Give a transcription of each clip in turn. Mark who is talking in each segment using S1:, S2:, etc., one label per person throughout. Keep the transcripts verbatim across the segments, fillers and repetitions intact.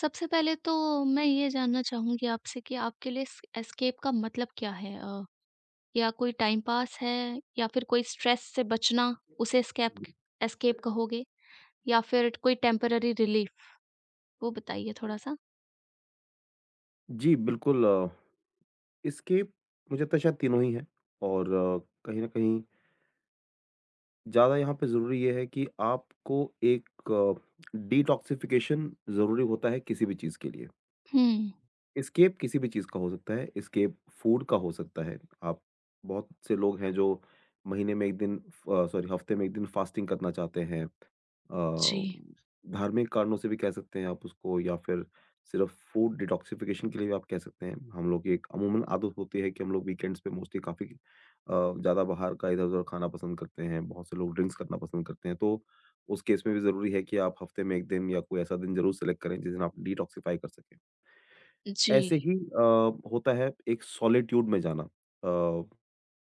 S1: सबसे पहले तो मैं ये जानना चाहूँगी आपसे कि आपके लिए एस एस्केप का मतलब क्या है? अ, या कोई टाइम पास है या फिर कोई स्ट्रेस से बचना उसे एस्केप एस्केप कहोगे? या फिर कोई टेम्परेरी रिलीफ? वो बताइए थोड़ा-सा।
S2: जी, बिल्कुल अ, इसके मुझे लगता है शायद तीनों ही हैं और अ, कहीं न कहीं ज़्यादा यहाँ पे ज़रूरी ये है कि आपको एक डिटॉक्सिफ़िकेशन ज़रूरी होता है किसी भी चीज़ के लिए।
S1: हुँ।
S2: एस्केप किसी भी चीज़ का हो सकता है, एस्केप फूड का हो सकता है। आप, बहुत से लोग हैं जो महीने में एक दिन फ सॉरी हफ्ते में एक दिन फास्टिंग करना चाहते हैं। अ,
S1: जी,
S2: धार्मिक कारणों से भी कह सकते हैं आप उसको या फिर सिर्फ़ फूड डिटॉक्सिफिकेशन के लिए भी आप कह सकते हैं। हम लोग की एक अमूमन आदत होती है कि हम लोग वीकेंड्स पे मोस्टली काफ़ी अ, ज़्यादा बाहर का इधर-उधर खाना पसंद करते हैं, बहुत से लोग ड्रिंक्स करना पसंद करते हैं। तो उस केस में भी ज़रूरी है कि आप हफ्ते में एक दिन या कोई ऐसा दिन ज़रूर सेलेक्ट करें जिस दिन आप डिटॉक्सिफ़ाई कर सकें।
S1: जी।
S2: ऐसे ही अ, होता है एक सॉलिट्यूड में जाना, अ,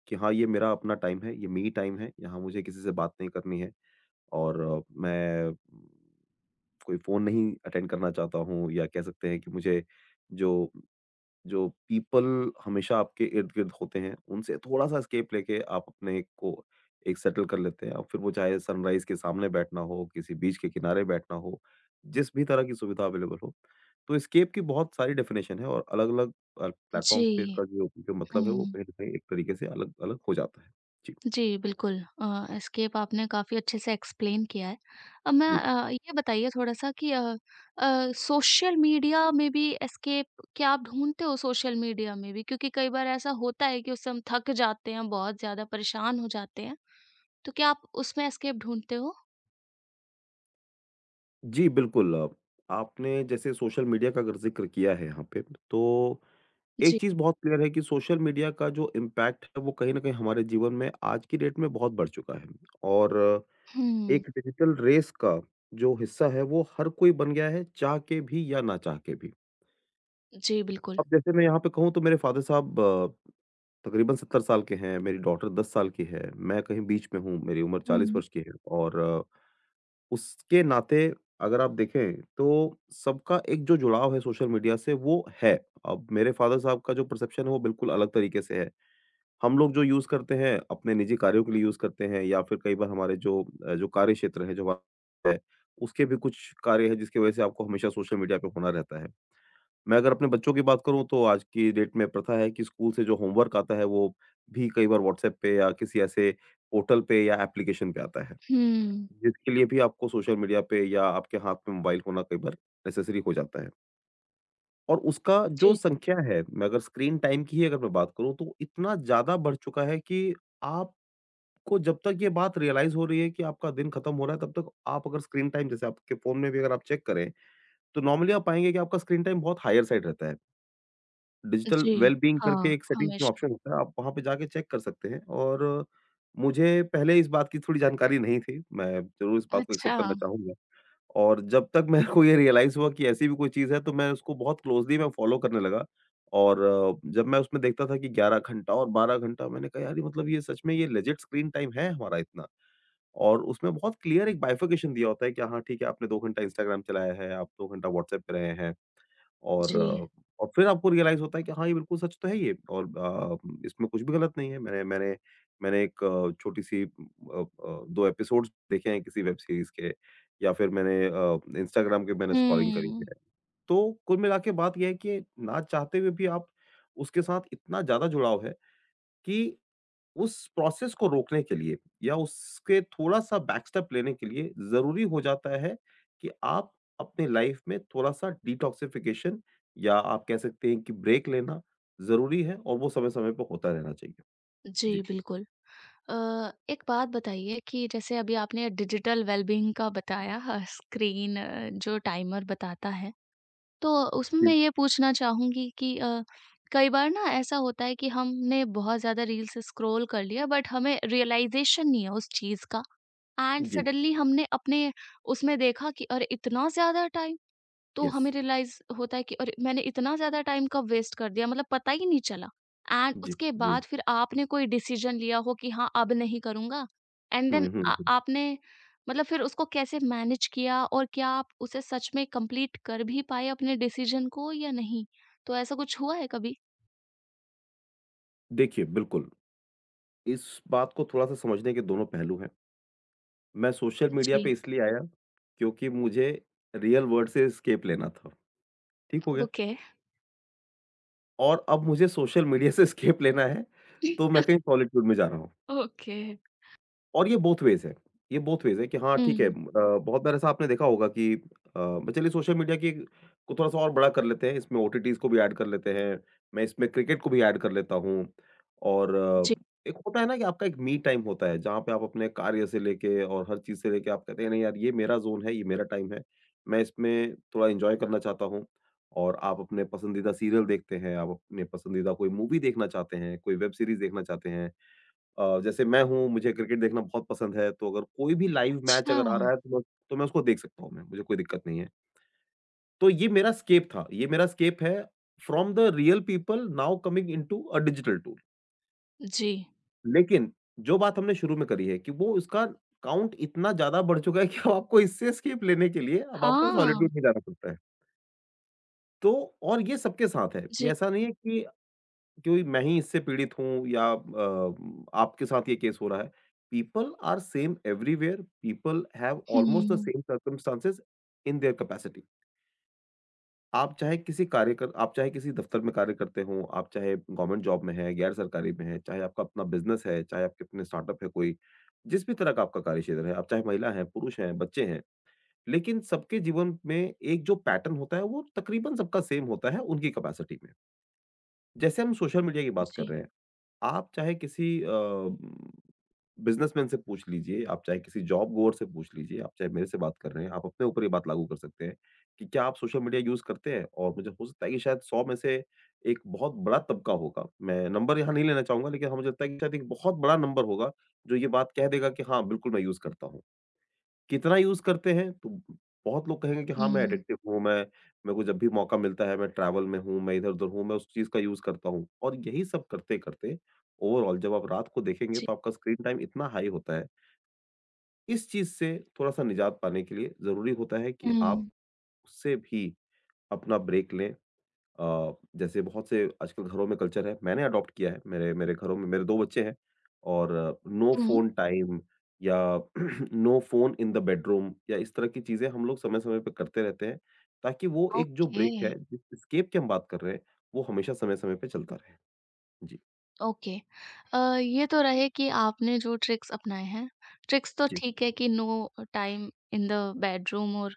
S2: कि हाँ, ये मेरा अपना टाइम है, ये मी टाइम है, यहाँ मुझे किसी से बात नहीं करनी है और अ, मैं कोई फ़ोन नहीं अटेंड करना चाहता हूँ या कह सकते हैं कि मुझे जो जो पीपल हमेशा आपके इर्द-गिर्द होते हैं, उनसे थोड़ा-सा एस्केप लेके आप अपने को एक सेटल कर लेते हैं। अब फिर वो चाहे सनराइज़ के सामने बैठना हो, किसी बीच के किनारे बैठना हो, जिस भी तरह की सुविधा अवेलेबल हो। तो एस्केप की बहुत सारी डेफ़िनेशन है और अलग-अलग अ, प्लेटफ़ॉर्म्स पे
S1: जी,
S2: इसका जो जो मतलब है वो
S1: हुँ।
S2: कहीं न कहीं एक तरीके से अलग-अलग हो जाता है। जी,
S1: जी, बिल्कुल। अ, एस्केप आपने काफ़ी अच्छे से एक्सप्लेन किया है। अब मैं
S2: जी।
S1: अ, ये बताइए थोड़ा-सा कि अ अ, सोशल मीडिया में भी एस्केप क्या आप ढूँढते हो सोशल मीडिया में भी? क्योंकि कई बार ऐसा होता है कि उससे हम थक जाते हैं, बहुत ज़्यादा परेशान हो जाते हैं। तो क्या आप उसमें एस्केप ढूँढते हो?
S2: जी, बिल्कुल। अ, आपने जैसे सोशल मीडिया का अगर ज़िक्र किया है यहाँ पे, तो
S1: जी।
S2: एक चीज़ बहुत क्लियर है कि सोशल मीडिया का जो इम्पैक्ट है, वो कहीं न कहीं हमारे जीवन में आज की डेट में बहुत बढ़ चुका है और
S1: हुँ।
S2: एक डिजिटल रेस का जो हिस्सा है, वो हर कोई बन गया है, चाह के भी या ना चाह के भी।
S1: जी, बिल्कुल।
S2: अब जैसे मैं यहाँ पे कहूँ तो मेरे फ़ादर साहब अ, तकरीबन सत्तर साल के हैं, मेरी डॉटर दस साल की है, मैं कहीं बीच में हूँ, मेरी उम्र चालीस
S1: हुँ।
S2: वर्ष की है और अ, उसके नाते अगर आप देखें, तो सबका एक जो जुड़ाव है सोशल मीडिया से, वो है। अब मेरे फ़ादर साहब का जो परसेप्शन है, वो बिल्कुल अलग तरीके से है। हम लोग जो यूज़ करते हैं, अपने निजी कार्यों के लिए यूज़ करते हैं या फिर कई बार हमारे जो अ, जो कार्य क्षेत्र है, जो हमारा है, उसके भी कुछ कार्य हैं जिसकी वजह से आपको हमेशा सोशल मीडिया पे होना रहता है। मैं अगर अपने बच्चों की बात करूँ तो आज की डेट में प्रथा है कि स्कूल से जो होमवर्क आता है वो भी कई बार व्हाट्सएप पे या किसी ऐसे पोर्टल पे या एप्लीकेशन पे आता है,
S1: हुँ।
S2: जिसके लिए भी आपको सोशल मीडिया पे या आपके हाथ में मोबाइल होना कई बार नेसेसरी हो जाता है। और उसका जो
S1: जी,
S2: संख्या है, मैं अगर स्क्रीन टाइम की ही अगर मैं बात करूँ तो इतना ज़्यादा बढ़ चुका है कि आप को जब तक ये बात रियलाइज़ हो रही है कि आपका दिन खत्म हो रहा है, तब तक आप अगर स्क्रीन टाइम जैसे आपके फ़ोन में भी अगर आप चेक करें, तो नॉर्मली आप पाएँगे कि आपका स्क्रीन टाइम बहुत हायर साइड रहता है। डिजिटल
S1: जी।
S2: वेल-बीइंग
S1: हाँ,
S2: करके एक सेटिंग्स में
S1: हमेशा।
S2: ऑप्शन होता है, आप वहाँ पे जाके चेक कर सकते हैं और मुझे पहले इस बात की थोड़ी जानकारी नहीं थी, मैं ज़रूर इस बात को
S1: अच्छा।
S2: एक्सेप्ट करना चाहूँगा। और जब तक मेरे को ये रियलाइज़ हुआ कि ऐसी भी कोई चीज़ है, तो मैं उसको बहुत क्लोज़ली मैं फ़ॉलो करने लगा और अ, जब मैं उसमें देखता था कि ग्यारह घंटा और बारह घंटा, मैंने कहा, "यार, ये मतलब ये सच में ये लेजिट स्क्रीन टाइम है हमारा इतना?" और उसमें बहुत क्लियर एक बाइफरकेशन दिया होता है कि हाँ, ठीक है, आपने दो घंटा इंस्टाग्राम चलाया है, आप दो घंटा व्हाट्सएप पे रहे हैं और
S1: जी।
S2: अ, और फिर आपको रियलाइज़ होता है कि हाँ, ये बिल्कुल सच तो है ये और अ, इसमें कुछ भी गलत नहीं है। मैंने मैंने मैंने एक अ, छोटी-सी अ अ, दो एपिसोड्स देखे हैं किसी वेब सीरीज़ के या फिर मैंने अ, इंस्टाग्राम के मैंने स्क्रॉलिंग करी
S1: हुँ।
S2: है। तो कुल मिला के बात ये है कि ना चाहते हुए भी आप उसके साथ इतना ज़्यादा जुड़ाव है कि उस प्रोसेस को रोकने के लिए या उसके थोड़ा-सा बैक स्टेप लेने के लिए ज़रूरी हो जाता है कि आप अपने लाइफ में थोड़ा-सा डिटॉक्सिफिकेशन या आप कह सकते हैं कि ब्रेक लेना ज़रूरी है और वो समय-समय पे होता रहना चाहिए।
S1: जी,
S2: जी।
S1: बिल्कुल। अ, एक बात बताइए कि जैसे अभी आपने डिजिटल वेलबींग का बताया, अ, स्क्रीन अ, जो टाइमर बताता है, तो उसमें मैं
S2: जी।
S1: ये पूछना चाहूँगी कि अ, कई बार ना ऐसा होता है कि हमने बहुत ज़्यादा रील्स स्क्रॉल कर लिया बट हमें रियलाइज़ेशन नहीं है उस चीज़ का। And
S2: ji.
S1: सडनली हमने अपने उसमें देखा कि अरे इतना ज़्यादा टाइम! तो
S2: यस।
S1: हमें रियलाइज़ होता है कि अरे! मैंने इतना ज़्यादा टाइम कब वेस्ट कर दिया मतलब पता ही नहीं चला। एंड
S2: जी,
S1: उसके
S2: जी।
S1: बाद फिर आपने कोई डिसीज़न लिया हो कि हाँ, अब नहीं करूँगा, एंड देन
S2: हुँ, हुँ,
S1: आ
S2: हुँ।
S1: आपने मतलब फिर उसको कैसे मैनेज किया और क्या आप उसे सच में कंप्लीट कर भी पाए अपने डिसीज़न को या नहीं? तो ऐसा कुछ हुआ है कभी?
S2: देखिए, बिल्कुल, इस बात को थोड़ा-सा समझने के दोनों पहलू हैं। मैं सोशल मीडिया
S1: जी।
S2: पे इसलिए आया क्योंकि मुझे रियल वर्ल्ड से एस्केप लेना था। ठीक हो गया?
S1: ओके।
S2: और अब मुझे सोशल मीडिया से एस्केप लेना है, तो मैं कहीं सॉलिट्यूड में जा रहा हूँ।
S1: ओके।
S2: और ये बोथ वेज़ है। ये बोथ वेज़ है कि हाँ, ठीक है, अ,
S1: हुँ।
S2: बहुत बार ऐसा आपने देखा होगा कि अ, मैं, चलिए सोशल मीडिया की को थोड़ा-सा और बड़ा कर लेते हैं, इसमें ओटीटीज़ को भी ऐड कर लेते हैं, मैं इसमें क्रिकेट को भी ऐड कर लेता हूँ और
S1: जी।
S2: अ, एक होता है ना कि आपका एक मी टाइम होता है, जहाँ पे आप अपने कार्य से लेके और हर चीज़ से लेके आप कहते हैं, "नहीं यार, ये मेरा ज़ोन है, ये मेरा टाइम है। मैं इसमें थोड़ा एन्जॉय करना चाहता हूँ।" और आप अपने पसंदीदा सीरियल देखते हैं, आप अपने पसंदीदा कोई मूवी देखना चाहते हैं, कोई वेब सीरीज़ देखना चाहते हैं। अ, जैसे मैं हूँ, मुझे क्रिकेट देखना बहुत पसंद है, तो अगर कोई भी लाइव मैच
S1: अच्छा।
S2: अगर आ रहा है, तो मैं तो मैं उसको देख सकता हूँ मैं, मुझे कोई दिक्कत नहीं है। तो ये मेरा एस्केप था, ये मेरा एस्केप है from the real people now coming into a digital tool.
S1: जी।
S2: लेकिन जो बात हमने शुरू में करी है कि वो उसका काउंट इतना ज़्यादा बढ़ चुका है कि अब आपको इससे एस्केप लेने के लिए अब आपको
S1: हाँ।
S2: सॉलिट्यूड में जाना पड़ता है। तो और ये सबके साथ है, ये
S1: जी।
S2: ऐसा नहीं है कि क्योंकि मैं ही इससे पीड़ित हूँ या अ, आपके साथ ये केस हो रहा है। People are same everywhere, people have almost the
S1: hmm.
S2: Same circumstances in their capacity. आप चाहे किसी कार्य कर आप चाहे किसी दफ्तर में कार्य करते हो, आप चाहे गवर्नमेंट जॉब में हैं, गैर सरकारी में हैं, चाहे आपका अपना बिज़नेस है, चाहे आपके अपने स्टार्टअप है कोई, जिस भी तरह का आपका कार्य क्षेत्र है, आप चाहे महिला हैं, पुरुष हैं, बच्चे हैं, लेकिन सबके जीवन में एक जो पैटर्न होता है, वो तकरीबन सबका सेम होता है उनकी कैपेसिटी में। जैसे हम सोशल मीडिया की बात कर
S1: जी।
S2: रहे हैं। आप चाहे किसी अ, बिज़नेसमैन से पूछ लीजिए, आप चाहे किसी जॉब गोअर से पूछ लीजिए, आप चाहे मेरे से बात कर रहे हैं, आप अपने ऊपर ये बात लागू कर सकते हैं कि क्या आप सोशल मीडिया यूज़ करते हैं? और मुझे हो सकता है कि शायद सौ में से एक बहुत बड़ा तबका होगा, मैं नंबर यहाँ नहीं लेना चाहूँगा लेकिन हाँ, मुझे लगता है कि शायद एक बहुत बड़ा नंबर होगा, जो ये बात कह देगा कि हाँ, बिल्कुल मैं यूज़ करता हूँ। कितना यूज़ करते हैं? तो बहुत लोग कहेंगे कि हाँ, मैं
S1: हुँ।
S2: एडिक्टिव हूँ, मैं मेरे को जब भी मौका मिलता है, मैं ट्रैवल में हूँ, मैं इधर-उधर हूँ, मैं उस चीज़ का यूज़ करता हूँ। और यही सब करते-करते ओवरऑल जब आप रात को देखेंगे
S1: जी।
S2: तो आपका स्क्रीन टाइम इतना हाई होता है। इस चीज़ से थोड़ा-सा निजात पाने के लिए ज़रूरी होता है कि आप
S1: हुँ।
S2: उससे भी अपना ब्रेक लें। अ, जैसे बहुत से आजकल घरों में कल्चर है, मैंने अडॉप्ट किया है, मेरे मेरे घरों में मेरे दो बच्चे हैं और नो
S1: हुँ।
S2: फ़ोन टाइम या no phone in the bedroom या इस तरह की चीज़ें हम लोग समय-समय पे करते रहते हैं, ताकि वो एक जो
S1: ओके,
S2: ब्रेक है, जिस एस्केप की हम बात कर रहे हैं, वो हमेशा समय-समय पे चलता रहे। जी,
S1: ओके। अ, ये तो रहे कि आपने जो ट्रिक्स अपनाए हैं, ट्रिक्स तो
S2: जी।
S1: ठीक है कि no time in the bedroom और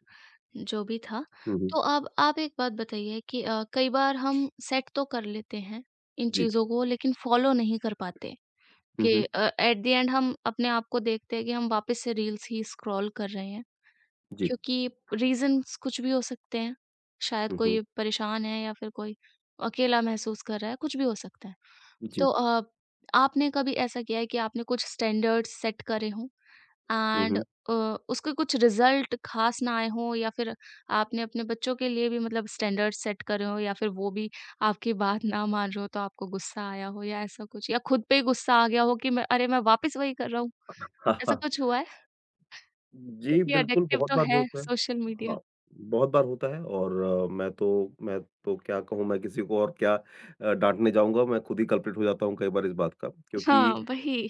S1: जो भी था।
S2: हुँ, हुँ।
S1: तो अब आप एक बात बताइए कि अ, कई बार हम सेट तो कर लेते हैं इन
S2: जी।
S1: चीज़ों को लेकिन फ़ॉलो नहीं कर पाते
S2: हुँ,
S1: कि
S2: हुँ।
S1: अ, एट द एंड हम अपने आप को देखते हैं कि हम वापस से रील्स ही स्क्रॉल कर रहे हैं,
S2: जी।
S1: क्योंकि रीज़न्स कुछ भी हो सकते हैं। शायद
S2: हुँ,
S1: कोई
S2: हुँ।
S1: परेशान है या फिर कोई अकेला महसूस कर रहा है, कुछ भी हो सकता है।
S2: जी।
S1: तो अ, आपने कभी ऐसा किया है कि आपने कुछ स्टैंडर्ड्स सेट करे हों
S2: हुँ,
S1: एंड
S2: हुँ।
S1: अ, उसके कुछ रिजल्ट खास ना आए हों या फिर आपने अपने बच्चों के लिए भी मतलब स्टैंडर्ड्स सेट करे हों या फिर वो भी आपकी बात ना मान रहे हो तो आपको गुस्सा आया हो या ऐसा कुछ या खुद पे ही गुस्सा आ गया हो कि मैं अरे मैं वापस वही कर रहा हूँ। ऐसा कुछ हुआ है,
S2: जी,
S1: क्योंकि
S2: बिल्कुल,
S1: एडिक्टिव
S2: बहुत
S1: तो
S2: बार
S1: है
S2: होता है।
S1: Social media.
S2: हाँ, बहुत बार होता है और अ, मैं तो मैं तो क्या कहूँ, मैं किसी को और क्या अ, डाँटने जाऊँगा, मैं खुद ही कल्प्रिट हो जाता हूँ कई बार इस बात का।
S1: हाँ
S2: क्योंकि
S1: वही।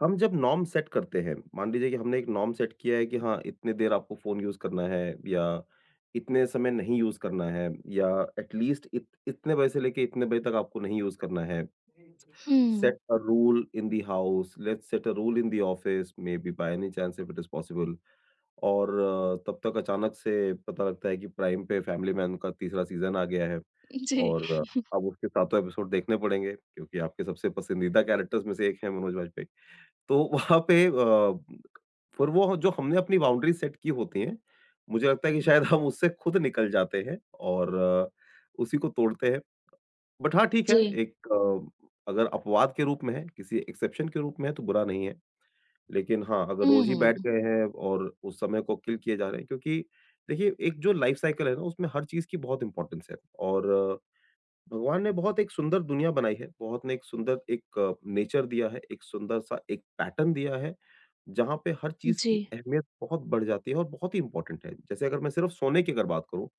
S2: हम जब नॉर्म सेट करते हैं, मान लीजिए कि हमने एक नॉर्म सेट किया है कि हाँ, इतनी देर आपको फ़ोन यूज़ करना है या इतने समय नहीं यूज़ करना है या एटलीस्ट इत इतने बजे से लेके इतने बजे तक आपको नहीं यूज़ करना है।
S1: हुँ,
S2: set a rule in the house, let's set a rule in the office, maybe by any chance if it is possible. और अ, तब तक अचानक से पता लगता है कि प्राइम पे फैमिली मैन का तीसरा सीज़न आ गया है।
S1: जी,
S2: और अ, अब उसके सातों एपिसोड देखने पड़ेंगे क्योंकि आपके सबसे पसंदीदा कैरेक्टर्स में से एक हैं मनोज वाजपेयी। तो वहाँ पे अ, फिर वो जो हमने अपनी बाउंड्री सेट की होती हैं, मुझे लगता है कि शायद हम उससे खुद निकल जाते हैं और अ, उसी को तोड़ते हैं। बट हाँ, ठीक है
S1: जी,
S2: एक अ, अगर अपवाद के रूप में है, किसी एक्सेप्शन के रूप में है तो बुरा नहीं है। लेकिन हाँ, अगर रोज़ ही
S1: हुँ,
S2: बैठ गए हैं और उस समय को किल किए जा रहे हैं क्योंकि देखिए एक जो लाइफ़ साइकिल है ना उसमें हर चीज़ की बहुत इम्पोर्टेंस है और अ, भगवान ने बहुत एक सुंदर दुनिया बनाई है, बहुत ने एक सुंदर एक नेचर दिया है, एक सुंदर-सा एक पैटर्न दिया है, जहाँ पे हर चीज़
S1: जी,
S2: की अहमियत बहुत बढ़ जाती है और बहुत ही इम्पोर्टेंट है। जैसे अगर मैं सिर्फ़ सोने की अगर बात करूँ,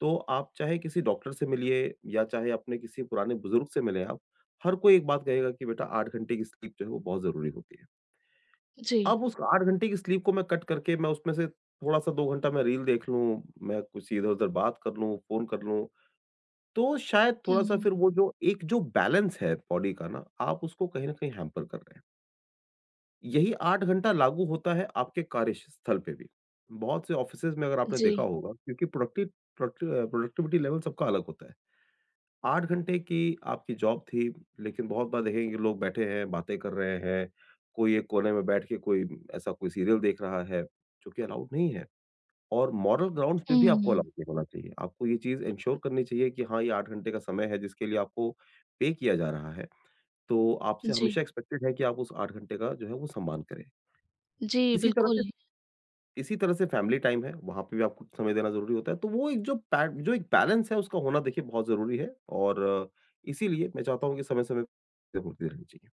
S2: तो आप चाहे किसी डॉक्टर से मिलिए या चाहे अपने किसी पुराने बुज़ुर्ग से मिलें आप, हर कोई एक बात कहेगा कि बेटा आठ घंटे की स्लीप जो है वो बहुत ज़रूरी होती है।
S1: जी,
S2: अब उस आठ घंटे की स्लीप को मैं कट करके मैं उसमें से थोड़ा-सा दो घंटा मैं रील देख लूँ, मैं किसी इधर-उधर बात कर लूँ, फ़ोन कर लूँ, तो शायद थोड़ा-सा
S1: हुँ,
S2: फिर वो जो एक जो बैलेंस है बॉडी का ना, आप उसको कहीं न कहीं हैम्पर कर रहे हैं। यही आठ घंटा लागू होता है आपके कार्यस्थल पे भी। बहुत से ऑफ़िसेज़ में अगर आपने देखा
S1: जी,
S2: होगा क्योंकि प्रोडक्टिव प्रोडक्टि अ, प्रोडक्टिविटी लेवल सबका अलग होता है। आठ घंटे की आपकी जॉब थी, लेकिन बहुत बार देखेंगे लोग बैठे हैं, बातें कर रहे हैं, कोई एक कोने में बैठ के कोई ऐसा कोई सीरियल देख रहा है, जो कि अलाउड नहीं है और मॉरल ग्राउंड्स पे भी आपको
S1: हुँ,
S2: अलाउड नहीं होना चाहिए। आपको ये चीज़ एन्श्योर करनी चाहिए कि हाँ, ये आठ घंटे का समय है जिसके लिए आपको पे किया जा रहा है, तो आपसे
S1: जी।
S2: हमेशा एक्सपेक्टेड है कि आप उस आठ घंटे का जो है वो सम्मान करें।
S1: जी,
S2: इसी तरह से
S1: बिल्कुल।
S2: इसी तरह से फैमिली टाइम है, वहाँ पे भी आपको समय देना ज़रूरी होता है। तो वो एक जो पै जो एक बैलेंस है उसका होना देखिए बहुत ज़रूरी है और अ, इसीलिए मैं चाहता हूँ कि समय-समय पे होती रहनी चाहिए।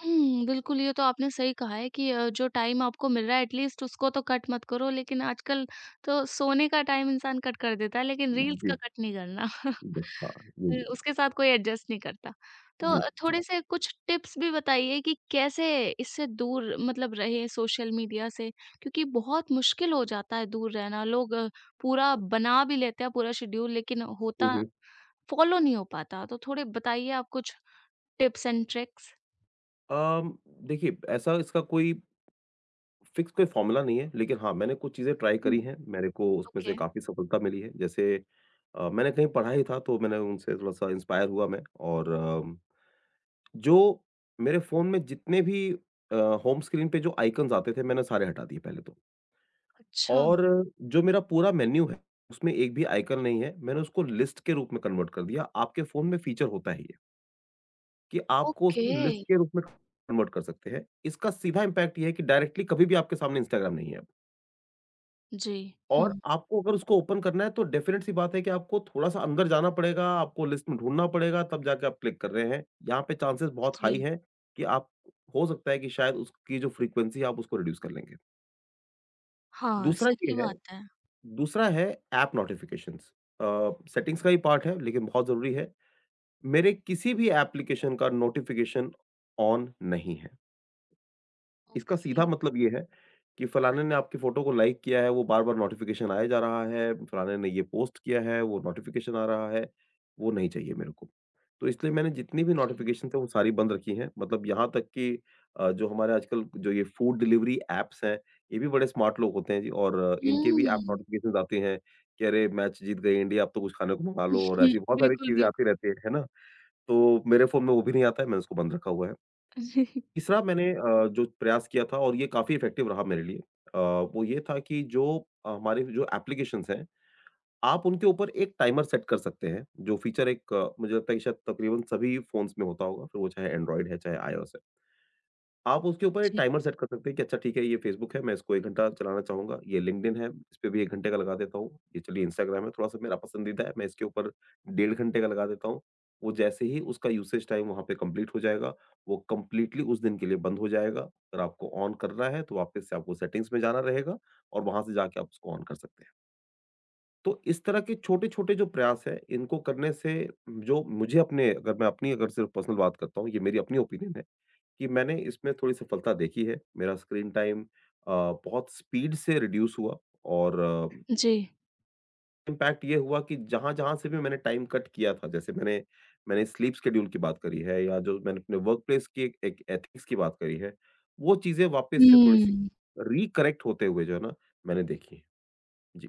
S1: हुँ, बिल्कुल, ये तो आपने सही कहा है कि अ, जो टाइम आपको मिल रहा है एटलीस्ट उसको तो कट मत करो, लेकिन आजकल तो सोने का टाइम इंसान कट कर देता है, लेकिन रील्स का
S2: जी,
S1: कट नहीं करना।
S2: जी,
S1: अ,
S2: हाँ, जी,
S1: उसके साथ कोई एडजस्ट नहीं करता। तो
S2: जी,
S1: अ,
S2: जी।
S1: थोड़े-से कुछ टिप्स भी बताइए कि कैसे इससे दूर मतलब रहें सोशल मीडिया से? क्योंकि बहुत मुश्किल हो जाता है दूर रहना। लोग अ, पूरा बना भी लेते हैं पूरा शेड्यूल लेकिन
S2: हुँ,
S1: होता
S2: हुँ।
S1: फॉलो नहीं हो पाता। तो थोड़े बताइए आप कुछ टिप्स एंड ट्रिक्स?
S2: अम, देखिए ऐसा इसका कोई फिक्स कोई फ़ॉर्मूला नहीं है, लेकिन हाँ, मैंने कुछ चीज़ें ट्राई करी हैं, मेरे को उसमें
S1: ओके,
S2: से काफ़ी सफलता मिली है। जैसे अ, मैंने कहीं पढ़ा ही था तो मैंने उनसे थोड़ा-सा इंस्पायर हुआ मैं और जो मेरे फ़ोन में जितने भी अ, होम स्क्रीन पे जो आइकन्स आते थे, मैंने सारे हटा दिए पहले तो।
S1: अच्छा,
S2: और जो मेरा पूरा मेन्यू है, उसमें एक भी आइकन नहीं है, मैंने उसको लिस्ट के रूप में कन्वर्ट कर दिया। आपके फ़ोन में फ़ीचर होता ही है ये, कि आपको
S1: ओके।
S2: उसको लिस्ट के रूप में कन्वर्ट कर सकते हैं। इसका सीधा इम्पैक्ट ये है कि डायरेक्टली कभी भी आपके सामने इंस्टाग्राम नहीं है अब।
S1: जी,
S2: और
S1: हुँ,
S2: आपको अगर उसको ओपन करना है तो डेफ़िनेट सी बात है कि आपको थोड़ा-सा अंदर जाना पड़ेगा, आपको लिस्ट में ढूँढना पड़ेगा तब जाके आप क्लिक कर रहे हैं। यहाँ पे चांसेस बहुत हाई
S1: जी।
S2: हैं कि आप हो सकता है कि शायद उसकी जो फ्रीक्वेंसी है आप उसको रिड्यूस कर लेंगे।
S1: हाँ,
S2: दूसरा ये
S1: सही
S2: है
S1: बात है।
S2: दूसरा है ऐप नोटिफ़िकेशंस। अ, सेटिंग्स का ही पार्ट है लेकिन बहुत ज़रूरी है। मेरे किसी भी एप्लीकेशन का नोटिफ़िकेशन ऑन नहीं है। इसका
S1: ओके,
S2: सीधा मतलब ये है कि फलाने ने आपकी फ़ोटो को लाइक किया है, वो बार-बार नोटिफ़िकेशन आए जा रहा है, फलाने ने ये पोस्ट किया है, वो नोटिफ़िकेशन आ रहा है, वो नहीं चाहिए मेरे को। तो इसलिए मैंने जितनी भी
S1: जी।
S2: नोटिफ़िकेशंस हैं वो सारी बंद रखी हैं। मतलब यहाँ तक कि अ, जो हमारे आजकल जो ये फूड डिलीवरी ऐप्स हैं, ये भी बड़े स्मार्ट लोग होते हैं जी और अ, इनके भी ऐप
S1: हुँ।
S2: नोटिफ़िकेशंस आते हैं कि अरे! मैच जीत गई इंडिया, अब तो कुछ खाने को मँगा लो और ऐसी बहुत सारी
S1: बिल्कुल,
S2: चीज़ें आती
S1: बिल्कुल।
S2: रहती हैं, है ना? तो मेरे फ़ोन में वो भी नहीं आता है, मैंने उसको बंद रखा हुआ है। तीसरा मैंने अ, जो प्रयास किया था और ये काफ़ी इफ़ेक्टिव रहा मेरे लिए, अ, वो ये था कि जो अ, हमारे जो एप्लीकेशंस हैं, आप उनके ऊपर एक टाइमर सेट कर सकते हैं, जो फीचर एक अ, मुझे लगता है कि शायद तकरीबन सभी फ़ोन्स में होता होगा, फिर वो चाहे एंड्रॉयड है, चाहे आईओएस है। आप उसके ऊपर एक
S1: जी,
S2: टाइमर सेट कर सकते हैं कि अच्छा ठीक है ये फेसबुक है, मैं इसको एक घंटा चलाना चाहूँगा, ये लिंक्डइन है, इस पे भी एक घंटे का लगा देता हूँ, ये चलिए इंस्टाग्राम है थोड़ा-सा मेरा पसंदीदा है, मैं इसके ऊपर डेढ़ घंटे का लगा देता हूँ। वो जैसे ही उसका यूसेज टाइम वहाँ पे कंप्लीट हो जाएगा, वो कंप्लीटली उस दिन के लिए बंद हो जाएगा। अगर आपको ऑन करना है तो वापस से आपको सेटिंग्स में जाना रहेगा और वहाँ से जाके आप उसको ऑन कर सकते हैं। तो इस तरह के छोटे-छोटे जो प्रयास हैं, इनको करने से जो मुझे अपने अगर मैं अपनी अगर सिर्फ पर्सनल बात करता हूँ, ये मेरी अपनी ओपिनियन है। कि मैंने इसमें थोड़ी सफलता देखी है। मेरा स्क्रीन टाइम अ, बहुत स्पीड से रिड्यूस हुआ और
S1: जी।
S2: इम्पैक्ट ये हुआ कि जहाँ-जहाँ से भी मैंने टाइम कट किया था, जैसे मैंने मैंने स्लीप शेड्यूल की बात करी है या जो मैंने अपने वर्कप्लेस की एक एक एथिक्स की बात करी है, वो चीज़ें वापस से थोड़ी-सी
S1: हुँ,
S2: रिकरेक्ट होते हुए जो है ना मैंने देखी हैं। जी,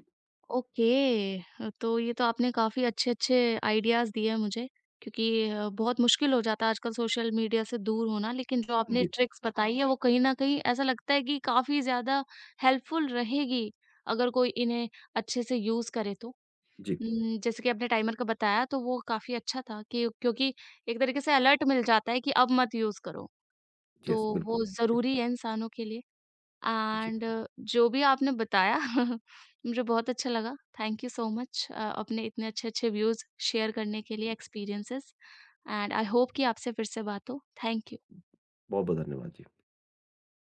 S1: ओके। अ, तो ये तो आपने काफ़ी अच्छे-अच्छे आइडियाज़ दिए हैं मुझे, क्योंकि अ, बहुत मुश्किल हो जाता है आजकल सोशल मीडिया से दूर होना, लेकिन जो आपने हुँ।
S2: जी,
S1: ट्रिक्स बताई है वो कहीं न कहीं ऐसा लगता है कि काफ़ी ज़्यादा हेल्पफुल रहेगी, अगर कोई इन्हें अच्छे से यूज़ करे तो।
S2: जी,
S1: उम, जैसे कि आपने टाइमर का बताया तो वो काफ़ी अच्छा था कि क्योंकि एक तरीके से अलर्ट मिल जाता है कि अब मत यूज़ करो, तो
S2: यस बिल्कुल।
S1: वो
S2: जी,
S1: ज़रूरी है इंसानों के लिए।
S2: जी,
S1: एंड जो भी आपने बताया मुझे बहुत अच्छा लगा। थैंक यू सो मच, अ, अपने इतने अच्छे-अच्छे व्यूज़ शेयर करने के लिए, एक्सपीरियंसेस एंड आई होप कि आपसे फिर से बात हो। Thank you.
S2: बहुत-बहुत धन्यवाद जी।